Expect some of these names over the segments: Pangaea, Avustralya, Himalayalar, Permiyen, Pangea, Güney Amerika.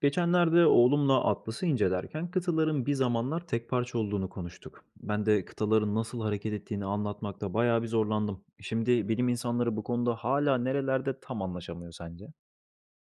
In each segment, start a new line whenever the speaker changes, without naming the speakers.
Geçenlerde oğlumla Atlas'ı incelerken kıtaların bir zamanlar tek parça olduğunu konuştuk. Ben de kıtaların nasıl hareket ettiğini anlatmakta bayağı bir zorlandım. Şimdi bilim insanları bu konuda hala nerelerde tam anlaşamıyor sence?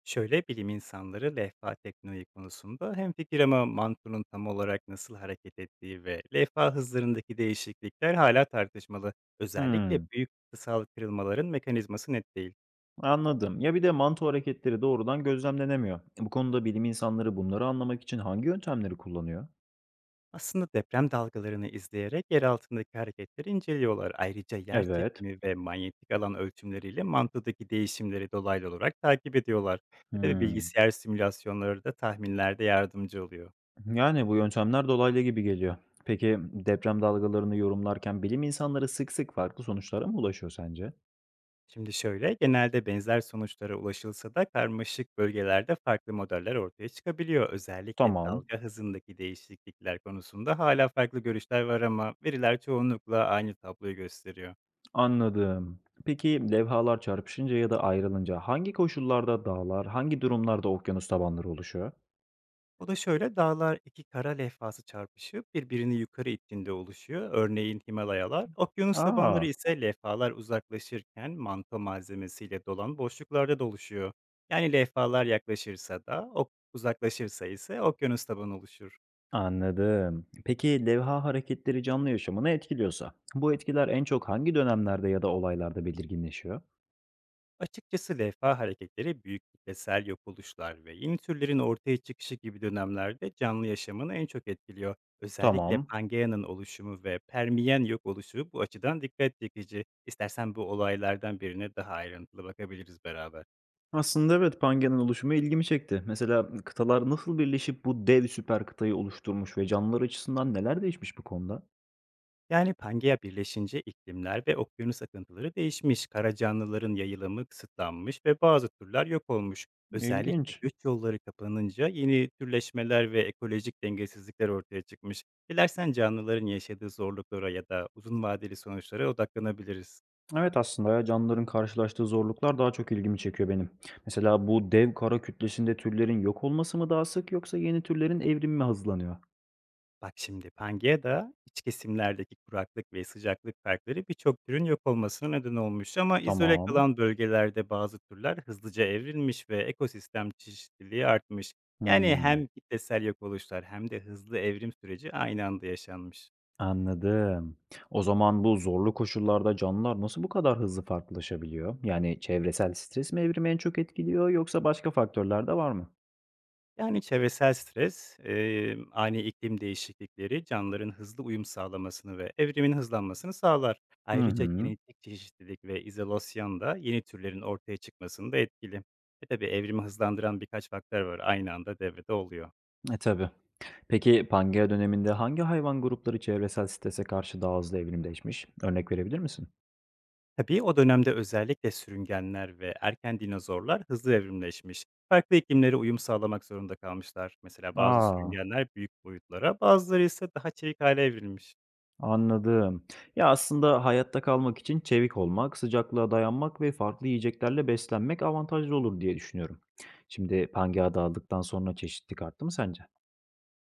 Şöyle bilim insanları lehva tekniği konusunda hemfikir ama mantunun tam olarak nasıl hareket ettiği ve lehva hızlarındaki değişiklikler hala tartışmalı. Özellikle
Hmm,
büyük kıtasal kırılmaların mekanizması net değil.
anladım. Ya bir de manto hareketleri doğrudan gözlemlenemiyor. Bu konuda bilim insanları bunları anlamak için hangi yöntemleri kullanıyor?
Aslında deprem dalgalarını izleyerek yer altındaki hareketleri inceliyorlar. Ayrıca yer
Evet.
çekimi ve manyetik alan ölçümleriyle mantudaki değişimleri dolaylı olarak takip ediyorlar. Ve de
Hmm.
bilgisayar simülasyonları da tahminlerde yardımcı oluyor.
Yani bu yöntemler dolaylı gibi geliyor. Peki deprem dalgalarını yorumlarken bilim insanları sık sık farklı sonuçlara mı ulaşıyor sence?
Şimdi şöyle, genelde benzer sonuçlara ulaşılsa da karmaşık bölgelerde farklı modeller ortaya çıkabiliyor. Özellikle
Tamam.
dalga hızındaki değişiklikler konusunda hala farklı görüşler var ama veriler çoğunlukla aynı tabloyu gösteriyor.
Anladım. Peki levhalar çarpışınca ya da ayrılınca hangi koşullarda dağlar, hangi durumlarda okyanus tabanları oluşuyor?
O da şöyle, dağlar iki kara levhası çarpışıp birbirini yukarı ittiğinde oluşuyor. Örneğin Himalayalar, okyanus tabanları
Aa,
ise levhalar uzaklaşırken manto malzemesiyle dolan boşluklarda doluşuyor. Yani levhalar yaklaşırsa da, uzaklaşırsa ise okyanus tabanı oluşur.
anladım. Peki levha hareketleri canlı yaşamını etkiliyorsa, bu etkiler en çok hangi dönemlerde ya da olaylarda belirginleşiyor?
Açıkçası levha hareketleri büyük kitlesel yok oluşlar ve yeni türlerin ortaya çıkışı gibi dönemlerde canlı yaşamını en çok etkiliyor. Özellikle
Tamam.
Pangea'nın oluşumu ve Permiyen yok oluşu bu açıdan dikkat çekici. İstersen bu olaylardan birine daha ayrıntılı bakabiliriz beraber.
Aslında evet, Pangea'nın oluşumu ilgimi çekti. Mesela kıtalar nasıl birleşip bu dev süper kıtayı oluşturmuş ve canlılar açısından neler değişmiş bu konuda?
Yani Pangea birleşince iklimler ve okyanus akıntıları değişmiş, kara canlıların yayılımı kısıtlanmış ve bazı türler yok olmuş. Özellikle
İlginç.
göç yolları kapanınca yeni türleşmeler ve ekolojik dengesizlikler ortaya çıkmış. Dilersen canlıların yaşadığı zorluklara ya da uzun vadeli sonuçlara odaklanabiliriz.
Evet, aslında ya, canlıların karşılaştığı zorluklar daha çok ilgimi çekiyor benim. Mesela bu dev kara kütlesinde türlerin yok olması mı daha sık yoksa yeni türlerin evrimi mi hızlanıyor?
Bak şimdi Pangaea'da iç kesimlerdeki kuraklık ve sıcaklık farkları birçok türün yok olmasına neden olmuş ama izole
Tamam.
kalan bölgelerde bazı türler hızlıca evrilmiş ve ekosistem çeşitliliği artmış. Yani
Hmm,
hem kitlesel yok oluşlar hem de hızlı evrim süreci aynı anda yaşanmış.
anladım. O zaman bu zorlu koşullarda canlılar nasıl bu kadar hızlı farklılaşabiliyor? Yani çevresel stres mi evrimi en çok etkiliyor yoksa başka faktörler de var mı?
Yani, çevresel stres, ani iklim değişiklikleri canlıların hızlı uyum sağlamasını ve evrimin hızlanmasını sağlar.
Hı
Ayrıca
hı.
genetik çeşitlilik ve izolasyon da yeni türlerin ortaya çıkmasında etkili. E, tabii evrimi hızlandıran birkaç faktör var, aynı anda devrede oluyor.
E tabii. Peki Pangea döneminde hangi hayvan grupları çevresel strese karşı daha hızlı evrimleşmiş? Örnek verebilir misin?
Tabii o dönemde özellikle sürüngenler ve erken dinozorlar hızlı evrimleşmiş. Farklı iklimlere uyum sağlamak zorunda kalmışlar. Mesela bazı
Aa.
sürüngenler büyük boyutlara, bazıları ise daha çevik hale evrilmiş.
Anladım. Ya, aslında hayatta kalmak için çevik olmak, sıcaklığa dayanmak ve farklı yiyeceklerle beslenmek avantajlı olur diye düşünüyorum. Şimdi pangaea dağıldıktan sonra çeşitlilik arttı mı sence?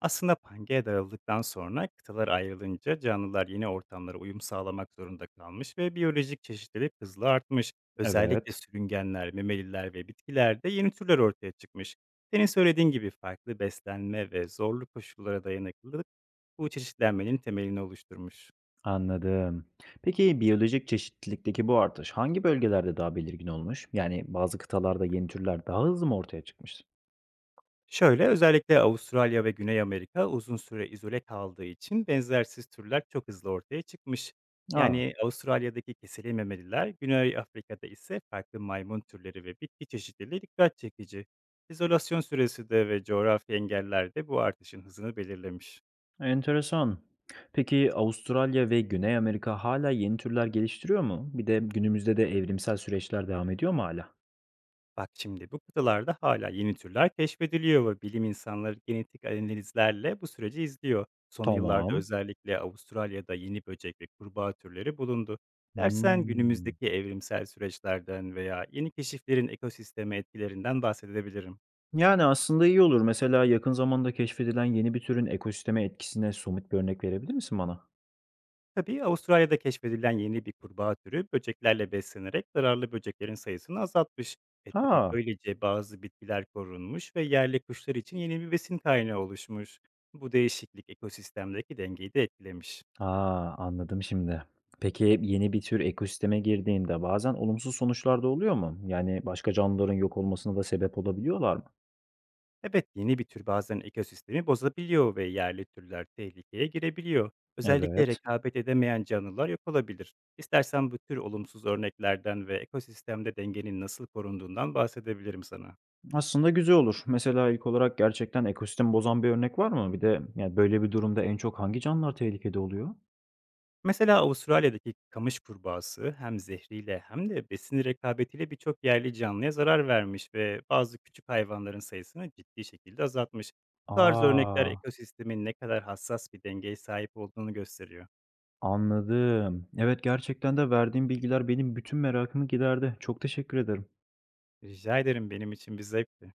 Aslında Pangea daraldıktan sonra kıtalar ayrılınca canlılar yeni ortamlara uyum sağlamak zorunda kalmış ve biyolojik çeşitlilik hızla artmış. Özellikle
Evet,
sürüngenler, memeliler ve bitkilerde yeni türler ortaya çıkmış. Senin söylediğin gibi farklı beslenme ve zorlu koşullara dayanıklılık bu çeşitlenmenin temelini oluşturmuş.
anladım. Peki biyolojik çeşitlilikteki bu artış hangi bölgelerde daha belirgin olmuş? Yani bazı kıtalarda yeni türler daha hızlı mı ortaya çıkmış?
Şöyle, özellikle Avustralya ve Güney Amerika uzun süre izole kaldığı için benzersiz türler çok hızlı ortaya çıkmış.
Aa,
Yani Avustralya'daki keseli memeliler, Güney Afrika'da ise farklı maymun türleri ve bitki çeşitliliği dikkat çekici. İzolasyon süresi de ve coğrafi engeller de bu artışın hızını belirlemiş.
enteresan. Peki Avustralya ve Güney Amerika hala yeni türler geliştiriyor mu? Bir de günümüzde de evrimsel süreçler devam ediyor mu hala?
Bak şimdi bu kıtalarda hala yeni türler keşfediliyor ve bilim insanları genetik analizlerle bu süreci izliyor. Son yıllarda
Tamam.
özellikle Avustralya'da yeni böcek ve kurbağa türleri bulundu. Dersen
Hımm.
günümüzdeki evrimsel süreçlerden veya yeni keşiflerin ekosisteme etkilerinden bahsedebilirim.
Yani, aslında iyi olur. Mesela yakın zamanda keşfedilen yeni bir türün ekosisteme etkisine somut bir örnek verebilir misin bana?
Tabii Avustralya'da keşfedilen yeni bir kurbağa türü böceklerle beslenerek zararlı böceklerin sayısını azaltmış. E tabii
Aa,
böylece bazı bitkiler korunmuş ve yerli kuşlar için yeni bir besin kaynağı oluşmuş. Bu değişiklik ekosistemdeki dengeyi de etkilemiş.
anladım şimdi. Peki, yeni bir tür ekosisteme girdiğinde bazen olumsuz sonuçlar da oluyor mu? Yani, başka canlıların yok olmasına da sebep olabiliyorlar mı?
Evet yeni bir tür bazen ekosistemi bozabiliyor ve yerli türler tehlikeye girebiliyor. Özellikle
Evet,
rekabet edemeyen canlılar yok olabilir. İstersen bu tür olumsuz örneklerden ve ekosistemde dengenin nasıl korunduğundan bahsedebilirim sana.
aslında güzel olur. Mesela ilk olarak gerçekten ekosistem bozan bir örnek var mı? Bir de, yani, böyle bir durumda en çok hangi canlılar tehlikede oluyor?
Mesela Avustralya'daki kamış kurbağası hem zehriyle hem de besin rekabetiyle birçok yerli canlıya zarar vermiş ve bazı küçük hayvanların sayısını ciddi şekilde azaltmış. Bu tarz örnekler
Aa.
ekosistemin ne kadar hassas bir dengeye sahip olduğunu gösteriyor.
Anladım. Evet, gerçekten de verdiğin bilgiler benim bütün merakımı giderdi. Çok teşekkür ederim.
Rica ederim benim için bir zevkti.